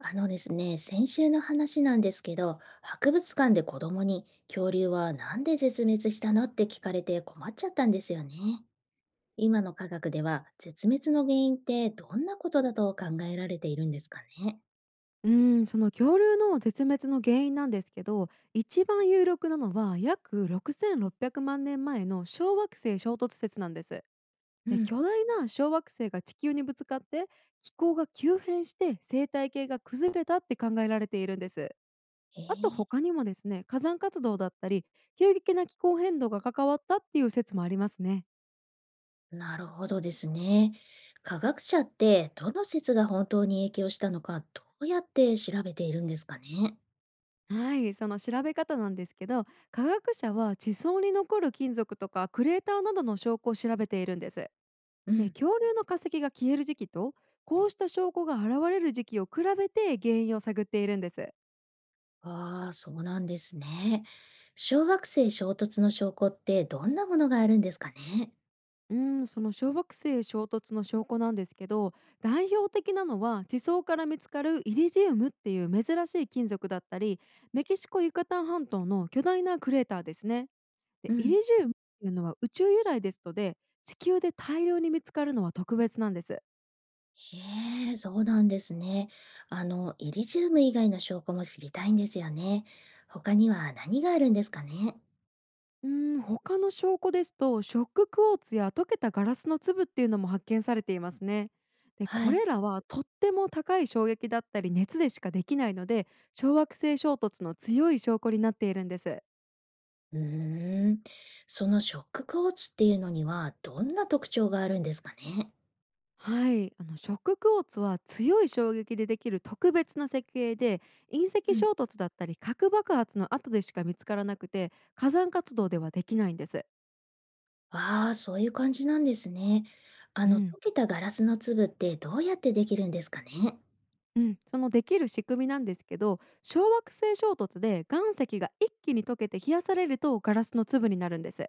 あのですね、先週の話なんですけど、博物館で子供に恐竜はなんで絶滅したのって聞かれて困っちゃったんですよね。今の科学では絶滅の原因ってどんなことだと考えられているんですかね。その恐竜の絶滅の原因なんですけど、一番有力なのは約6600万年前の小惑星衝突説なんです。うで、ん、巨大な小惑星が地球にぶつかって気候が急変して、生態系が崩れたって考えられているんです。えあとえ、他にもですね、火山活動だったり急激な気候変動が関わったっていう説もありますね。なるほどですね。科学者ってどの説が本当に影響したのかどうやって調べているんですかね。はい、その調べ方なんですけど、科学者は地層に残る金属とかクレーターなどの証拠を調べているんです。うで、ん。恐竜の化石が消える時期と、こうした証拠が現れる時期を比べて原因を探っているんです。ああ、そうなんですね。小惑星衝突の証拠ってどんなものがあるんですかね。うんその小惑星衝突の証拠なんですけど、代表的なのは地層から見つかるイリジウムっていう珍しい金属だったり、メキシコユカタン半島の巨大なクレーターですね。うでイん、リジウムっていうのは宇宙由来ですので、地球で大量に見つかるのは特別なんです。へえ、そうなんですね。あの、イリジウム以外の証拠も知りたいんですよね。他には何があるんですかね。うー他の証拠ですと、ショッククォーツや溶けたガラスの粒っていうのも発見されていますね。で、はこい。れらはとっても高い衝撃だったり熱でしかできないので、小惑星衝突の強い証拠になっているんです。うーん。そのショックコーツっていうのにはどんな特徴があるんですかね。はい、あのショッククォーツは強い衝撃でできる特別な設計で、隕う石ん、衝突だったり核爆発の後でしか見つからなくて、火山活動ではできないんです。ああ、そういう感じなんですね。あうの、ん。溶けたガラスの粒ってどうやってできるんですかね。うん、そのできる仕組みなんですけど、小惑星衝突で岩石が一気に溶けて冷やされるとガラスの粒になるんです。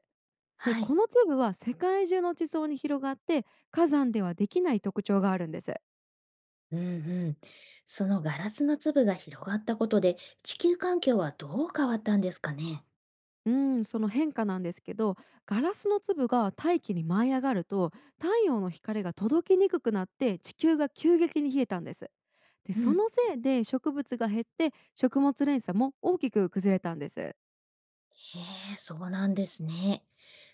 ではこい。の粒は世界中の地層に広がって、火山ではできない特徴があるんです。うんうん。そのガラスの粒が広がったことで、地球環境はどう変わったんですかね。うんその変化なんですけど、ガラスの粒が大気に舞い上がると太陽の光が届きにくくなって、地球が急激に冷えたんです。でうそん、のせいで植物が減って、食物連鎖も大きく崩れたんです。へえ、そうなんですね。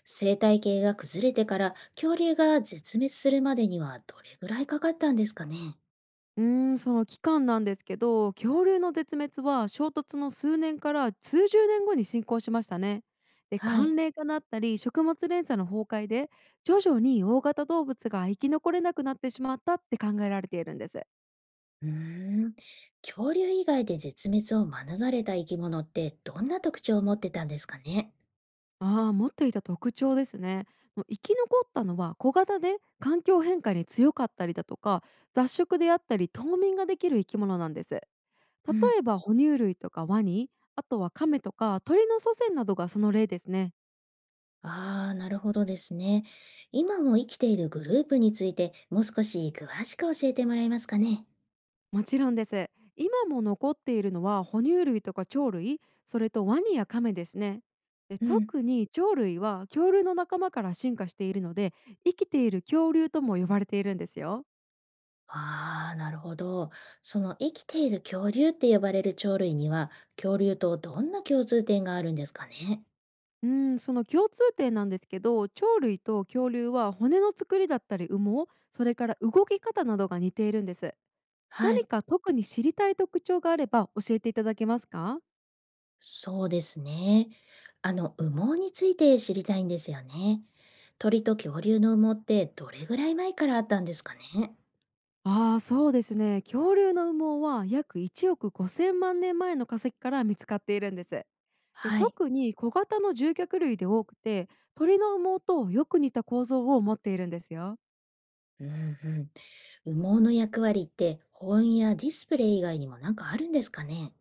生態系が崩れてから恐竜が絶滅するまでにはどれぐらいかかったんですかね。その期間なんですけど、恐竜の絶滅は衝突の数年から数十年後に進行しましたね。で、はい。寒冷化だったり食物連鎖の崩壊で徐々に大型動物が生き残れなくなってしまったって考えられているんです。うーん。恐竜以外で絶滅を免れた生き物ってどんな特徴を持ってたんですかね。ああー、持っていた特徴ですね。もう生き残ったのは小型で環境変化に強かったりだとか、雑食であったり冬眠ができる生き物なんです。例うん、えば哺乳類とかワニ、あとはカメとか鳥の祖先などがその例ですね。ああ、なるほどですね。今も生きているグループについてもう少し詳しく教えてもらえますかね。もちろんです。今も残っているのは哺乳類とか鳥類、それとワニやカメですね。でうん。特に鳥類は恐竜の仲間から進化しているので、生きている恐竜とも呼ばれているんですよ。ああ、なるほど。その生きている恐竜って呼ばれる鳥類には、恐竜とどんな共通点があるんですかね。うん、その共通点なんですけど、鳥類と恐竜は骨の作りだったり羽毛、それから動き方などが似ているんです。は何い。か特に知りたい特徴があれば教えていただけますか？そうですね。あの、羽毛について知りたいんですよね。鳥と恐竜の羽毛ってどれぐらい前からあったんですかね。ああ、そうですね。恐竜の羽毛は約1億5,000万年前の化石から見つかっているんです。で、はい。特に小型の獣脚類で多くて、鳥の羽毛とよく似た構造を持っているんですよ。うんうん。羽毛の役割って保温やディスプレイ以外にもなんかあるんですかね。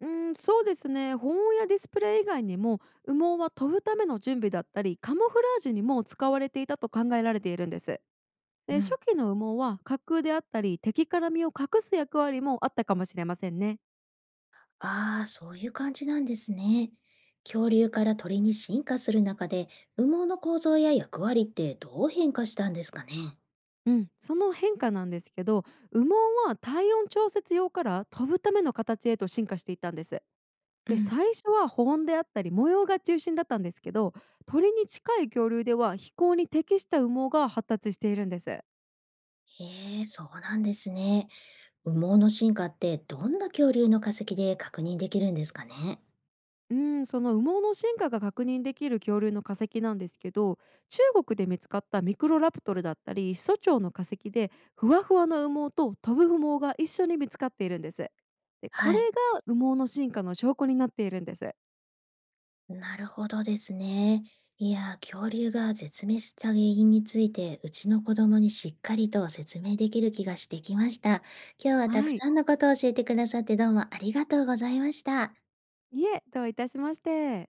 うそうですね。保温やディスプレイ以外にも、羽毛は飛ぶための準備だったり、カモフラージュにも使われていたと考えられているんです。うで、初ん。期の羽毛は架空であったり、敵から身を隠す役割もあったかもしれませんね。ああ、そういう感じなんですね。恐竜から鳥に進化する中で、羽毛の構造や役割ってどう変化したんですかね。うん、その変化なんですけど、羽毛は体温調節用から飛ぶための形へと進化していったんです。うでん、最初は保温であったり模様が中心だったんですけど、鳥に近い恐竜では飛行に適した羽毛が発達しているんです。へえ、そうなんですね。羽毛の進化ってどんな恐竜の化石で確認できるんですかね。うん、その羽毛の進化が確認できる恐竜の化石なんですけど、中国で見つかったミクロラプトルだったり始祖鳥の化石で、ふわふわの羽毛と飛ぶ羽毛が一緒に見つかっているんです。でこはれい、が羽毛の進化の証拠になっているんです。なるほどですね。いや、恐竜が絶滅した原因について、うちの子供にしっかりと説明できる気がしてきました。今日はたくはい。さんのことを教えてくださってどうもありがとうございました。いえ、どういたしまして。